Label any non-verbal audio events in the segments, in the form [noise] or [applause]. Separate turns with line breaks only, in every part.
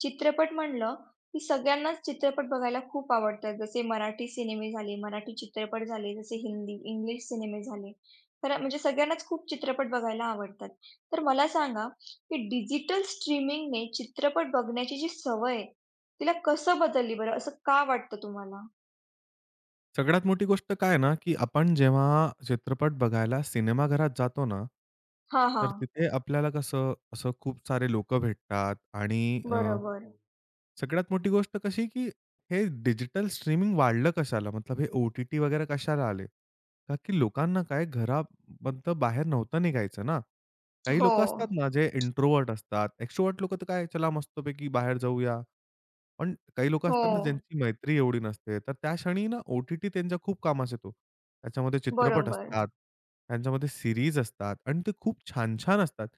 चित्रपट म्हणलं, की सगळ्यांनाच चित्रपट बघायला खूप आवडतात. जसे मराठी सिनेमे झाले, मराठी चित्रपट झाले, जसे हिंदी, इंग्लिश सिनेमे झाले. तर म्हणजे सगळ्यांनाच खूप चित्रपट बघायला आवडतात. तर मला सांगा, की डिजिटल स्ट्रीमिंगने चित्रपट बघण्याची जी सवय आहे, तिला कसं बदलली बरं? असं का वाटतं तुम्हाला?
सगळ्यात मोठी गोष्ट काय आहे ना, की आपण जेव्हा चित्रपट बघायला सिनेमाघरात जातो ना,
हां,
तर
हां.
तिथे आपल्याला कसं असं खूप सारे लोकं भेटतात आणि
हो, बरोबर.
सगळ्यात मोठी गोष्ट कशी, की हे डिजिटल स्ट्रीमिंग वाढलं कशाला? मतलब हे ओ-टी-टी वगैरे कशाला आले? का की लोकांना काय घरामधनं बाहेर नव्हतं निघायचं ना. काही
हो.
लोकं असतात ना, जे इंट्रोव्हर्ट असतात. एक्स्ट्रोव्हर्ट लोकं तर काय, "चला मस्तपैकी बाहेर जाऊया." पण काही लोकं असतात ना,
हो,
ज्यांची मैत्री एवढी नसते. तर त्या क्षणी ना, ओ-टी-टी त्यांच्या खूप कामास येतो. त्याच्यामध्ये
हो. म्हणजे
चित्रपट
बरोबर.
असतात, त्यांच्यामध्ये सीरीज असतात आणि ते खूप छान-छान असतात.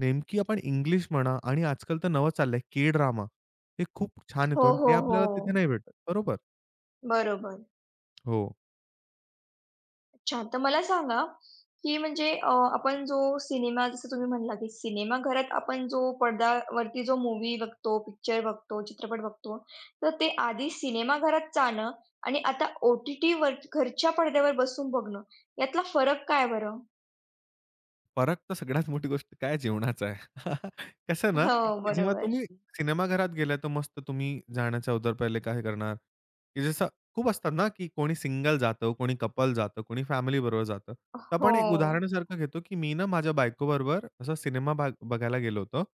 नेमकी आपण इंग्लिश म्हणा आणि आजकाल तर नवं चाललंय के-ड्रामा. हे खूप छान
हो,
येतो आणि
हो,
ते
हो.
आपल्याला तिथे नाही भेटत. बरोबर.
बरोबर.
हो.
अच्छा. तर मला सांगा, की म्हणजे आपण जो सिनेमा जसं तुम्ही म्हणला, की सिनेमाघरात आपण जो पडद्यावरती जो मूव्ही बघतो, पिक्चर बघतो, चित्रपट बघतो, तर ते आधी सिनेमाघरात जाणं आणि आता ओ-टी-टीवर घरच्या पडद्यावर बसून बघणं, यातला फरक काय बरं?
फरक तर सगळ्यात मोठी गोष्ट काय जेवणाचा आहे. [laughs] कसं ना,
हो,
की जेव्हा
बरोबर.
तुम्ही सिनेमाघरात गेला, तर मस्त तुम्ही जाण्याच्या अगोदर पहिले काय करणार, की जसं खूप असतात ना, की कोणी सिंगल जातं, कोणी कपल जातं, कोणी फॅमिलीबरोबर जातं. तर आपण एक
हो.
उदाहरणासारखं घेतो, की मी ना माझ्या बायकोबरोबर असा सिनेमा बघायला गेलो होतो.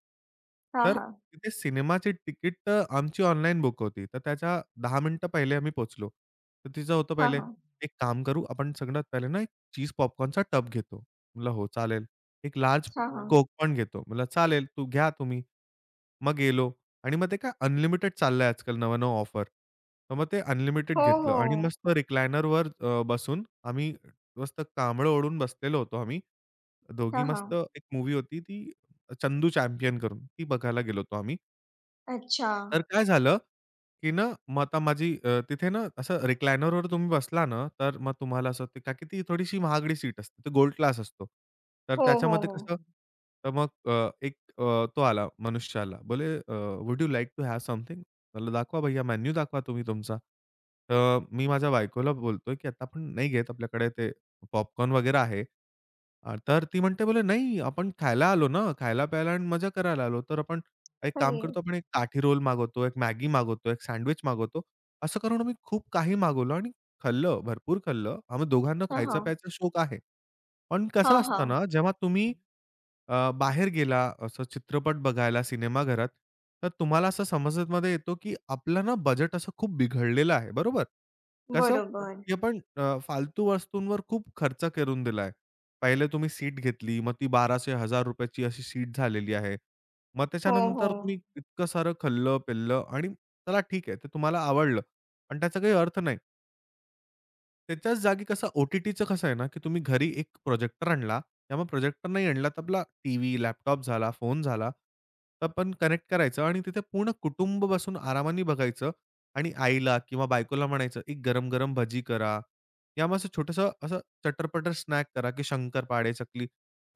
हां,
तर
हां.
तिथे सिनेमाची तिकीट तर आमची ऑनलाईन बुक होती. तर त्याच्या 10 मिनिटं पहिले आम्ही पोहोचलो. तर तिचं होतं
हां,
पहिले,
हां.
"एक काम करू, आपण सगळ्यात पहिले ना एक चीज पॉपकॉर्नचा टब घेतो." म्हटलं, "हो, चालेल." एक लार्ज
हां, हां.
कोक पण घेतो. म्हणलं, "चालेल, तू घ्या तुम्ही." मग गेलो आणि मग ते काय अनलिमिटेड चाललंय आजकाल नवं-नवं ऑफर. तर मग ते अनलिमिटेड
हो,
घेतलं
हो.
आणि मस्त रिक्लायनरवर बसून आम्ही मस्त कांबळं ओढून बसलेलो होतो आम्ही. दोघी
हां,
मस्त
हां.
एक मूव्ही होती ती चंदू चॅम्पियन करून ती बघायला गेलो होतो आम्ही.
अच्छा.
तर काय झालं की ना, मग आता माझी तिथे ना असं रिक्लायनरवर तुम्ही बसला ना, तर मग तुम्हाला असं ते का की ती थोडीशी महागडी सीट असते. ते गोल्ड क्लास असतो. तर
हो, हो,
त्याच्यामध्ये
हो.
कसं तर मग एक तो आला मनुष्य आला. बोले, "would you like to have something?" म्हणलं, "दाखवा भैय्या मेन्यू दाखवा तुम्ही तुमचा." तर मी माझ्या बायकोला बोलतोय, की "आता आपण नाही घेत. आपल्याकडे ते पॉपकॉर्न वगैरे आहे." तर ती म्हणते बोले, "नाही, आपण खायला आलो ना. खायला-प्यायला आणि मजा करायला आलो. तर आपण एक काम
अरे!
करतो आपण एक काठी रोल मागवतो, एक मॅगी मागवतो, एक सँडविच मागवतो. असं करून आम्ही खूप काही मागवलं आणि खाल्लं, भरपूर खाल्लं. आम्ही दोघांना
हां, हां.
खायचा-प्यायचा शौक आहे. पण
हां,
कसं असतं
हां.
ना, जेव्हा तुम्ही बाहेर गेला, असं चित्रपट बघायला सिनेमाघरात, तर तुम्हाला असं समजमध्ये येतो, की आपलं ना बजेट असं खूप बिघडलेलं आहे, बरोबर? कसं?
बरोबर.
की आपण फालतू वस्तूंवर खूप खर्च करून दिला आहे. पहिले तुम्ही सीट घेतली, मग ती 1200-1000 ची अशी सीट झालेली आहे. मग
हो, हो.
त्याच्यानंतर तुम्ही इतकं सारं खाल्लं-पिल्लं आणि चला ठीक आहे, ते तुम्हाला आवडलं, पण त्याचा काही अर्थ नाही. त्याच्याच जागी कसं ओ-टी-टीचं कसं आहे ना, की तुम्ही घरी एक प्रोजेक्टर आणला किंवा प्रोजेक्टर नाही आणला, तर आपला टीव्ही, लॅपटॉप झाला, फोन झाला, तर पण कनेक्ट करायचं आणि तिथे पूर्ण कुटुंब बसून आरामाने बघायचं आणि आईला किंवा बायकोला म्हणायचं, "एक गरम-गरम भजी करा" किंवा मग असं छोटंसं असं चटर स्नॅक करा, की शंकरपाळे, चकली.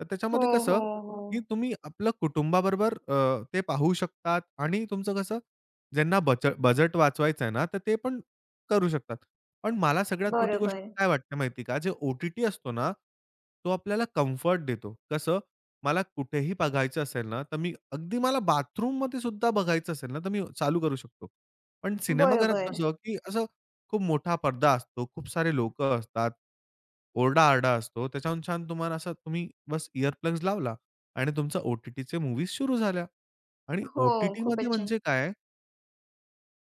तर
हो,
त्याच्यामध्ये
हो,
कसं,
हो.
की तुम्ही आपलं कुटुंबाबरोबर ते पाहू शकतात आणि तुमचं कसं, ज्यांना बजेट वाचवायचं आहे ना, तर ते पण करू शकतात. पण मला सगळ्यात मोठी गोष्ट
बरोबर,
काय वाटते माहिती का? जे ओ-टी-टी असतो ना, तो आपल्याला कम्फर्ट देतो. कसं? मला कुठेही बघायचं असेल ना, तर मी अगदी मला बाथरूममध्ये सुद्धा बघायचं असेल ना, तर मी चालू करू शकतो. पण सिनेमाघरात
बरोबर.
कसं, की असं खूप मोठा पडदा असतो, खूप सारे लोकं असतात, ओरडा-आरडा असतो. त्याच्याहून छान तुम्हाला असं तुम्ही बस इअर लावला आणि तुमचा ओ-टी-टीचे मूव्हीज सुरू झाल्या आणि
हो,
ओ-टी-टीमध्ये
खूपच छान.
म्हणजे काय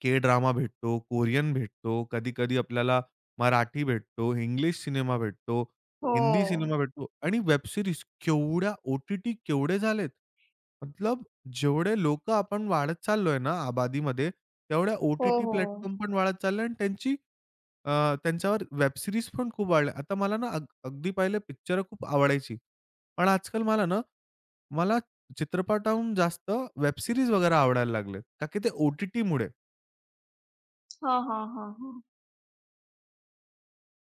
के ड्रामा भेटतो, कोरियन भेटतो, कधी-कधी आपल्याला मराठी भेटतो, इंग्लिश सिनेमा भेटतो,
हो.
हिंदी सिनेमा भेटतो आणि वेब सीरीज केवढ्या ओ-टी-टी केवढे झालेत. मतलब जेवढे लोकं आपण वाढत चाललोय ना आबादीमध्ये, तेवढ्या
हो,
ओ-टी-टी
हो.
प्लॅटफॉर्म पण वाढत चालले आणि त्यांची अ, त्यांच्यावर वेब सीरीज पण खूप वाढल्या. आता मला ना अगदी पहिले पिक्चर खूप आवडायची. पण आजकाल मला ना, मला चित्रपटाहून जास्त वेब सीरीज वगैरे आवडायला लागले. का की ते ओ-टी-टीमुळे.
हां, हां, हां, हां.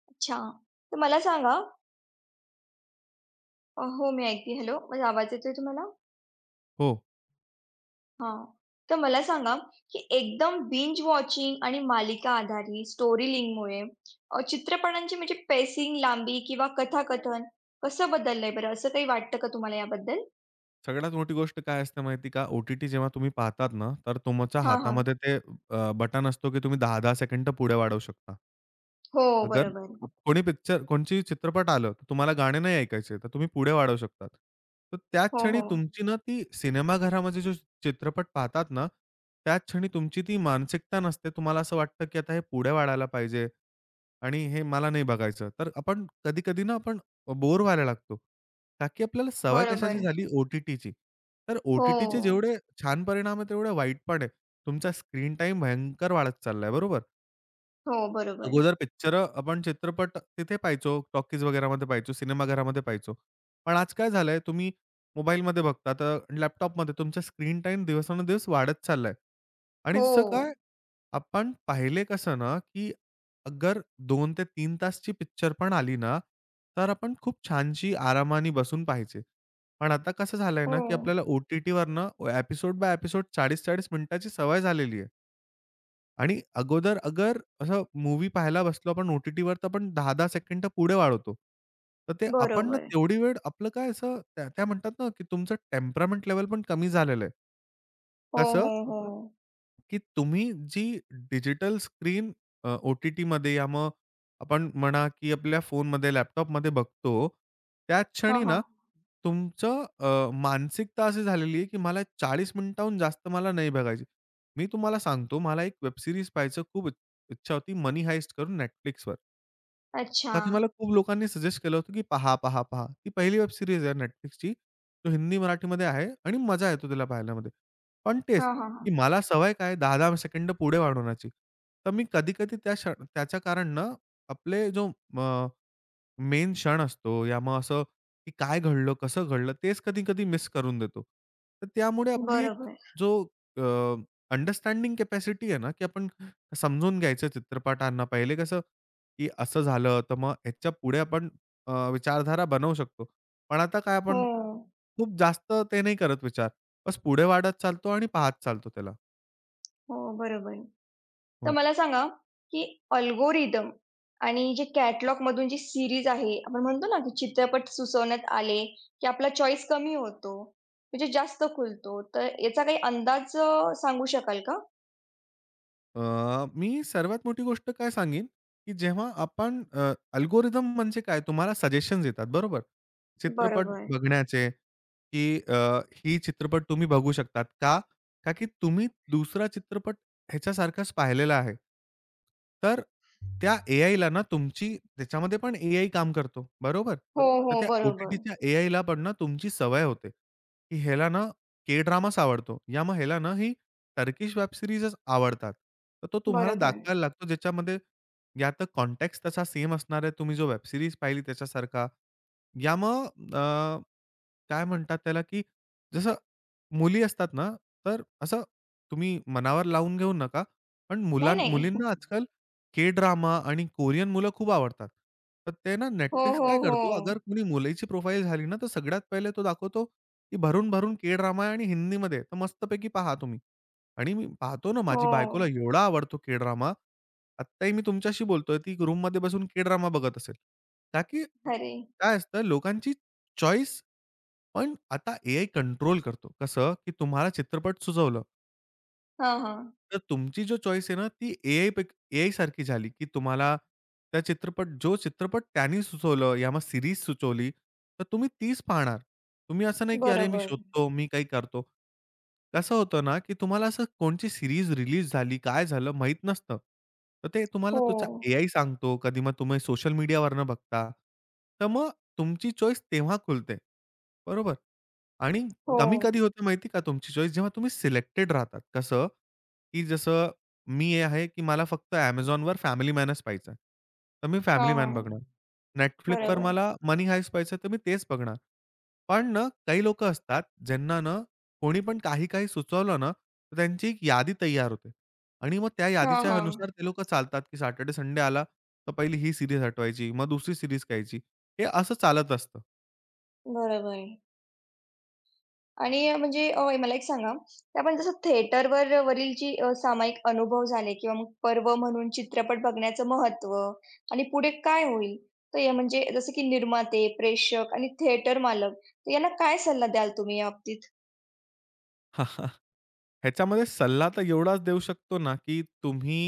अच्छा. तर मला सांगा हो, मी ऐकते. हॅलो, माझा आवाज येतोय तुम्हाला?
हो.
हां. तर मला सांगा, की एकदम बिंज वॉचिंग आणि मालिका आधारित स्टोरी लिंकमुळे चित्रपटांची म्हणजे पेसिंग, लांबी किंवा कथाकथन कसं बदललंय बरं? असं काही वाटतं का तुम्हाला याबद्दल?
सगळ्यात मोठी गोष्ट काय असते माहिती का, ओ-टी-टी जेव्हा तुम्ही पाहतात ना, तर तुमच्या
हां, हां.
हातामध्ये ते बटन असतो, की तुम्ही 10-10 सेकंड पुढे वाढवू शकता.
हो,
अगर
बरोबर.
कोणी पिक्चर कोणची चित्रपट आलं, तर तुम्हाला गाणे नाही ऐकायचे, तर तुम्ही पुढे वाढवू शकतात. तर त्याच
हो,
क्षणी
हो.
तुमची ना ती सिनेमाघरामध्ये जो चित्रपट पाहतात ना, त्याच क्षणी तुमची ती मानसिकता नसते. तुम्हाला असं वाटतं, की आता हे पुढे वाढायला पाहिजे. आणि हे मला नाही बघायचं. तर आपण कधी-कधी ना बोर व्हायला लागतो. का की आपल्याला सवय कशाची
बरोबर.
झाली ओ-टी-टीची. तर
हो.
ओ-टी-टीचे जेवढे छान परिणाम आहे, तेवढे वाईट पण आहे. तुमचा स्क्रीन टाईम भयंकर वाढत चाललाय, बरोबर?
हो, बरोबर.
अगोदर पिक्चरं आपण चित्रपट तिथे पाहायचो, टॉकीज वगैरेमध्ये पाहायचो, सिनेमाघरामध्ये पाहायचो. पण आज काय झालंय, तुम्ही मोबाईलमध्ये बघता, तर लॅपटॉपमध्ये तुमचा स्क्रीन टाईम दिवसानुदिवस वाढत चाललाय. आणि
हो,
जसं काय आपण पाहिले कसं ना, की अगर दोन ते 3 तासची पिक्चर पण आली ना, तर आपण खूप छानशी आरामाने बसून पाहायची. पण आता कसं झालंय
हो.
ना, की आपल्याला ओ-टी-टीवरनं एपिसोड बाय एपिसोड 40-40 मिनिटाची सवय झालेली आहे. आणि अगोदर अगर असं मूव्ही पाहायला बसलो आपण ओ-टी-टीवर तर आपण 10-10 सेकंड पुढे वाढवतो. तर ते आपण ना
बरोबर.
तेवढी वेळ आपलं काय असं त्या त्या म्हणतात ना, की तुमचं टेम्परामेंट लेव्हल पण कमी झालेलं आहे.
हो,
कसं
हो, हो.
की तुम्ही जी डिजिटल स्क्रीन ओ-टी-टीमध्ये या मग आपण म्हणा, की आपल्या फोनमध्ये, लॅपटॉपमध्ये बघतो. त्या
हां,
क्षणी ना,
हां.
तुमचं मानसिकता अशी झालेली आहे, की मला 40 मिनिटाहून जास्त मला नाही बघायची. मी तुम्हाला सांगतो, मला एक वेब सीरीज पाहायचं खूप इच्छा होती, मनी हाइस्ट करून Netflixवर.
अच्छा.
का की मला खूप लोकांनी सजेस्ट केलं होतं, की पहा, पहा, पहा. ती पहिली वेब सीरीज आहे Netflixची. तो हिंदी-मराठीमध्ये आहे आणि मजा येतो तिला पाहण्यामध्ये. पण तेच,
हां, हां, हां.
की मला सवय काय 10-10 सेकंड पुढे वाढवण्याची. तर मी कधी-कधी त्याच्या कारण ना, आपले जो अ मेन क्षण असतो या मग असं, की काय घडलं, कसं घडलं, तेच कधी-कधी मिस करून देतो. तर त्यामुळे आपली एक
बरोबर.
जो अ, अंडरस्टँडिंग कॅपॅसिटी आहे ना, की आपण समजून घ्यायचं चित्रपटांना. पहिले कसं, की असं झालं, तर मग ह्याच्या पुढे आपण विचारधारा बनवू शकतो. पण आता काय
हो,
आपण खूप जास्त ते नाही करत विचार. बस पुढे वाढत चालतो आणि पाहत चालतो त्याला.
हो, बरोबर. तर
हो.
मला सांगा, की अल्गोरिदम आणि जे कॅटलॉगमधून जी सीरीज आहे, आपण म्हणतो ना, की चित्रपट सुचवण्यात आले, की आपला चॉईस कमी होतो, म्हणजे जास्त खुलतो. तर याचा काही अंदाज सांगू शकाल का?
अ, मी सर्वात मोठी गोष्ट काय सांगेन, की जेव्हा आपण अल्गोरिदम म्हणजे काय तुम्हाला सजेशन्स येतात बरोबर. चित्रपट
बरोबर.
बघण्याचे, की ही चित्रपट तुम्ही बघू शकतात. का? का की तुम्ही दुसरा चित्रपट ह्याच्यासारखाच पाहिलेला आहे. तर त्या एआयला ना तुमची त्याच्यामध्ये पण एआय काम करतो, बरोबर.
हो,
तर
हो,
त्या
बरोबर.
ओ-टी-टीच्या एआयला पण ना तुमची सवय होते, की ह्याला ना के ड्रामाच आवडतो. या मग ह्याला ना ही टर्किश वेब सीरीजच आवडतात. तर तो तुम्हाला
बरोबर.
दाखवायला लागतो ज्याच्यामध्ये या तर कॉन्टेक्स्ट तसा सेम असणार आहे. तुम्ही जो वेब सीरीज पाहिली त्याच्यासारखा यामग अ, काय म्हणतात त्याला, की जसं मुली असतात ना, तर असं तुम्ही मनावर लावून घेऊ नका. पण
नाही, नाही.
मुलींना
[laughs]
आजकाल के-ड्रामा आणि कोरियन मुलं खूप आवडतात. तर ते ना
हो,
Netflix
हो,
काय करतो, अगर
हो.
कोणी मुलीची प्रोफाइल झाली ना, तर सगळ्यात पहिले तो दाखवतो, की भरून-भरून के-ड्रामा आहे आणि हिंदीमध्ये. तर मस्तपैकी पहा तुम्ही. आणि मी पाहतो ना,
हो.
माझी बायकोला एवढा आवडतो के-ड्रामा. आत्ताही मी तुमच्याशी बोलतोय, ती रूममध्ये बसून के-ड्रामा बघत असेल. का की
खरे.
काय असतं लोकांची चॉईस पण आता एआय कंट्रोल करतो. कसं की तुम्हाला चित्रपट सुचवलं.
हां, हां.
तर तुमची जो चॉईस आहे ना, ती एआयसारखी झाली, की तुम्हाला त्या चित्रपट जो चित्रपट त्यानी सुचवलं या मग सीरीज सुचवली, तर तुम्ही तीच पाहणार. तुम्ही असं नाही, की "अरे, मी
बरोबर.
शोधतो, मी काही करतो." कसं होतं ना, की तुम्हाला असं कोणची सीरीज रिलीज झाली, काय झालं माहीत नसतं. तर ते तुम्हाला तुमचा
हो,
एआय सांगतो. कधी मग तुम्ही सोशल मीडियावरनं बघता. तर मग तुमची चॉईस तेव्हा खुलते. बरोबर? आणि
हो.
कमी कधी होते माहिती का तुमची चॉईस? जेव्हा तुम्ही सिलेक्टेड राहतात. कसं? की जसं मी हे आहे, की मला फक्त Amazonवर फॅमिली मॅनच पाहायचा आहे. तर मी
हां,
फॅमिली मॅन
हां.
बघणार. Netflixवर
बरोबर.
मला मनी हाइस्ट पाहायचं आहे, तर मी तेच बघणार. पण ना, काही लोकं असतात, ज्यांना ना कोणी पण काही-काही सुचवलं ना, तर त्यांची एक यादी तयार होते आणि मग त्या
हां,
यादीच्या
हां.
अनुसार ते लोकं चालतात, की सॅटर्डे, संडे आला, तर पहिली ही सीरीज हटवायची, मग दुसरी सीरीज घ्यायची. हे असं चालत असतं.
बरोबर. आणि म्हणजे मला एक सांगा, की आपण जसं थिएटरवर वरील जी सामायिक अनुभव झाले किंवा मग पर्व म्हणून चित्रपट बघण्याचं महत्त्व आणि पुढे काय होईल? तर हे म्हणजे जसं की निर्माते, प्रेक्षक आणि थिएटर मालक तर यांना काय सल्ला द्याल तुम्ही या बाबतीत?
[laughs] ह्याच्यामध्ये सल्ला तर एवढाच देऊ शकतो ना, की तुम्ही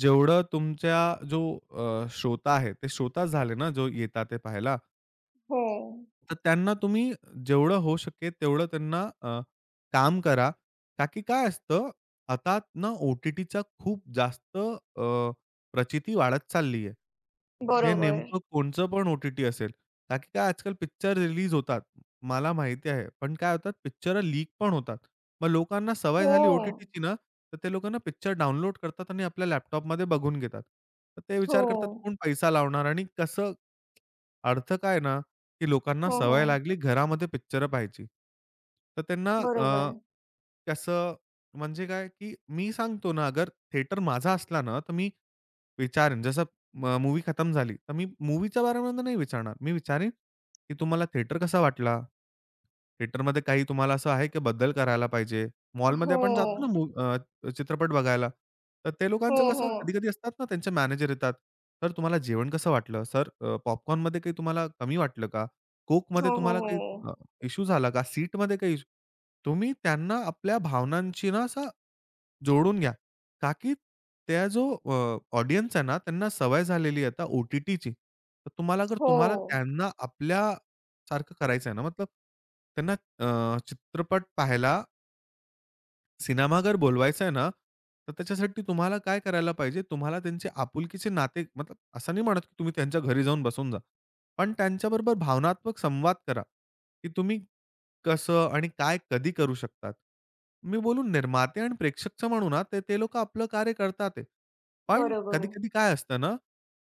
जेवढं तुमच्या जो श्रोता आहे, ते श्रोताच झाले ना, जो येतात ते पाहायला.
हो,
तर त्यांना तुम्ही जेवढं होऊ शकेल तेवढं त्यांना काम करा. का की काय असतं, आता ना ओ-टी-टीचा खूप जास्त प्रचिती वाढत चालली आहे. ते
बरोबर.
नेमकं कोणचं पण ओ-टी-टी असेल. का की काय आजकाल पिक्चर रिलीज होतात. मला माहिती आहे. पण काय होतात पिक्चर लीक पण होतात. मग लोकांना सवय
हो,
झाली ओ-टी-टीची ना, तर ते लोकांना पिक्चर डाउनलोड करतात आणि आपल्या लॅपटॉपमध्ये बघून घेतात. तर ते विचार करतात
हो,
कोण पैसा लावणार आणि कसं अर्थ काय ना, की लोकांना
हो,
सवय
हो.
लागली घरामध्ये पिक्चरं पाहायची. तर त्यांना
बरोबर.
कसं म्हणजे काय, की मी सांगतो ना, अगर थिएटर माझा असला ना, तर मी विचारेन जसं म खतम झाली, तर मी मूव्हीच्या बारेमध्ये नाही विचारणार. मी विचारेन, की तुम्हाला थिएटर कसा वाटला? थिएटरमध्ये काही तुम्हाला असं आहे की बदल करायला पाहिजे. मॉलमध्ये
हो.
आपण जातो ना चित्रपट बघायला. तर ते
हो,
लोकांचं कसं
हो.
कधी-कधी असतात ना त्यांचे मॅनेजर येतात. "सर तुम्हाला जेवण कसं वाटलं? सर पॉपकॉर्नमध्ये काही तुम्हाला कमी वाटलं का? कोकमध्ये
हो, हो,
तुम्हाला
हो.
काही अ, इश्यू झाला का? सीटमध्ये काही इश्यू?" तुम्ही त्यांना आपल्या भावनांची ना असं जोडून घ्या. का की त्या जो ऑडियन्स आहे ना, त्यांना सवय झालेली आहे आता ओ-टी-टीची. तर तुम्हाला जर
हो,
तुम्हाला त्यांना आपल्यासारखं करायचं आहे ना, मतलब त्यांना चित्रपट पाहायला सिनेमाघर बोलवायचं आहे ना, तर त्याच्यासाठी तुम्हाला काय करायला पाहिजे, तुम्हाला त्यांचे आपुलकीचे नाते मतलब असं नाही म्हणत, की तुम्ही त्यांच्या घरी जाऊन बसून जा. पण त्यांच्याबरोबर भावनात्मक संवाद करा, की तुम्ही कसं आणि काय कधी करू शकतात. मी बोलू निर्माते आणि प्रेक्षकचं म्हणू ना, तर ते लोकं आपलं कार्य करतात आहे. पण
बरोबर.
कधी-कधी काय असतं ना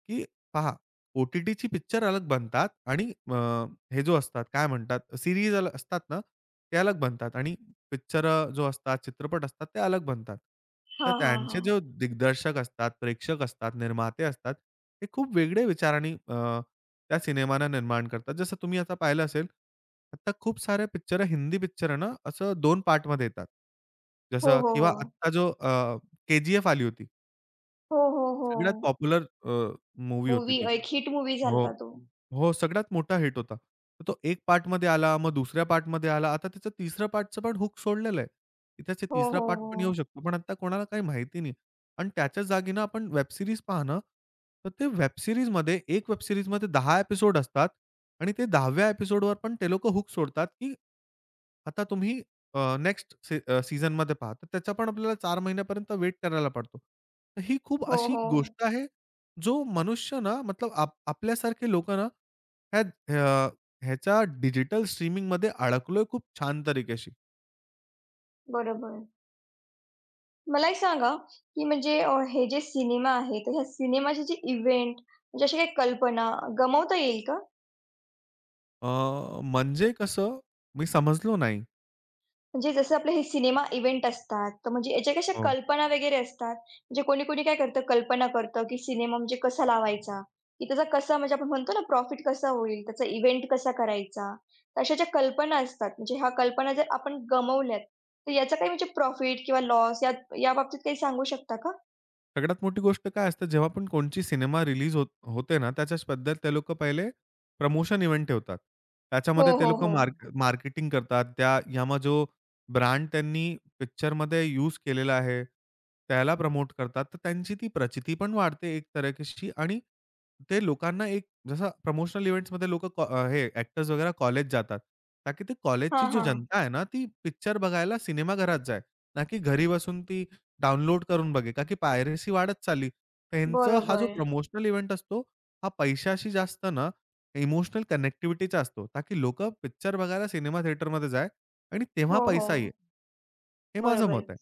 की पहा, ओ-टी-टीची पिक्चर अलग बनतात आणि हे जो असतात काय म्हणतात सीरीज असतात ना, ते अलग बनतात आणि पिक्चर जो असतात, चित्रपट असतात ते अलग बनतात. तर
हां, हां,
त्यांचे
हां.
जे दिग्दर्शक असतात, प्रेक्षक असतात, निर्माते असतात, ते खूप वेगळे विचाराने त्या सिनेमांना निर्माण करतात. जसं तुम्ही आता पाहिलं असेल, आता खूप साऱ्या पिक्चर हिंदी पिक्चर ना, असं 2 पार्टमध्ये येतात.
हो,
जसं
हो,
किंवा
हो.
आत्ता जो के-जी-एफ आली होती.
हो, हो, हो.
सगळ्यात पॉप्युलर होती
मूव्ही
ती.
एक हिट मूव्ही
हो.
झालता तो.
हो, सगळ्यात मोठा हिट होता. तर तो एक पार्टमध्ये आला, मग दुसऱ्या पार्टमध्ये आला. आता त्याचं तिसऱ्या पार्टचं पण हूक सोडलेलं आहे. की त्याचा
हो,
तिसरा
हो,
पार्ट पण येऊ
हो.
शकतो. पण आता कोणाला काही माहिती नाही. आणि त्याच्या जागी ना आपण वेब सीरीज पहा तर ते वेब सीरीजमध्ये एक वेब सीरीजमध्ये 10 एपिसोड असतात आणि ते 10व्या एपिसोडवर पण ते लोकं हूक सोडतात, की आता तुम्ही नेक्स्ट सी अ, पहा. तर त्याचा पण आपल्याला 4 महिन्यापर्यंत वेट करायला पडतो. तर ही खूप
हो,
अशी
हो.
गोष्ट आहे, जो मनुष्य ना मतलब आपल्यासारखे लोकं ना ह्या अ, ह्याच्या डिजिटल स्ट्रीमिंगमध्ये अडकलोय खूप छान तरीक्याशी.
बरोबर. मला एक सांगा, की म्हणजे हे जे सिनेमा आहे, तर ह्या सिनेमाचे जे इव्हेंट म्हणजे अशा काही कल्पना गमावता येईल का?
अ, म्हणजे कसं मी समजलो नाही.
म्हणजे जसं आपले हे सिनेमा इव्हेंट असतात, तर म्हणजे याच्या कशा
हो.
कल्पना वगैरे असतात. म्हणजे कोणी-कोणी काय करतं, कल्पना करतं, की सिनेमा म्हणजे कसा लावायचा, की त्याचा कसा म्हणजे आपण म्हणतो ना प्रॉफिट कसा होईल, त्याचा इव्हेंट कसा करायचा. तर अशा ज्या कल्पना असतात, म्हणजे ह्या कल्पना जर आपण गमावल्यात, तर याचा काही म्हणजे प्रॉफिट किंवा लॉस या याबाबतीत काही सांगू शकता का?
सगळ्यात मोठी गोष्ट काय असते, जेव्हा पण कोणची सिनेमा रिलीज होत होते ना, त्याच्याच बद्दल ते लोकं पहिले प्रमोशन इव्हेंट ठेवतात.
हो,
त्याच्यामध्ये ते
हो, हो.
लोकं
हो.
मार्केटिंग करतात. त्या यामा जो ब्रँड त्यांनी पिक्चरमध्ये यूज केलेला आहे, त्याला प्रमोट करतात. तर त्यांची ती प्रचिती पण वाढते एक तरीकेशी आणि ते लोकांना एक जसं प्रमोशनल इव्हेंट्समध्ये लोकं हे एक्टर्स वगैरे कॉलेज जातात. ताकी ती कॉलेजची
हां,
जी
हां.
जनता आहे ना, ती पिक्चर बघायला सिनेमाघरात जाए, ना की घरी बसून ती डाउनलोड करून बघे, का की पायरेसी वाढत चालली. त्यांचं हा जो
बरोबर.
प्रमोशनल इव्हेंट असतो, हा पैशाशी जास्त ना इमोशनल कनेक्टिव्हिटीचा असतो. ताकी लोकं पिक्चर बघायला सिनेमा थिएटरमध्ये जाय आणि तेव्हा
हो,
पैसा येईल.
हो.
हे माझं
बरोबर.
मत आहे.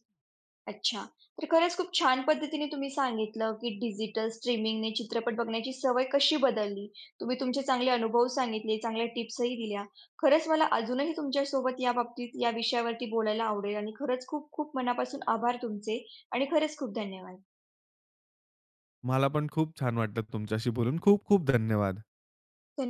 अच्छा. तर खरंच खूप छान पद्धतीने तुम्ही सांगितलं, की डिजिटल स्ट्रीमिंगने चित्रपट बघण्याची सवय कशी बदलली. तुम्ही तुमचे चांगले अनुभव सांगितले, चांगल्या टिप्सही दिल्या. खरंच मला अजूनही तुमच्यासोबत याबाबतीत या विषयावरती बोलायला आवडेल आणि खरंच खूप खूप मनापासून आभार तुमचे आणि खरंच खूप धन्यवाद.
मला पण खूप छान वाटलं तुमच्याशी बोलून. खूप खूप धन्यवाद.
धन्य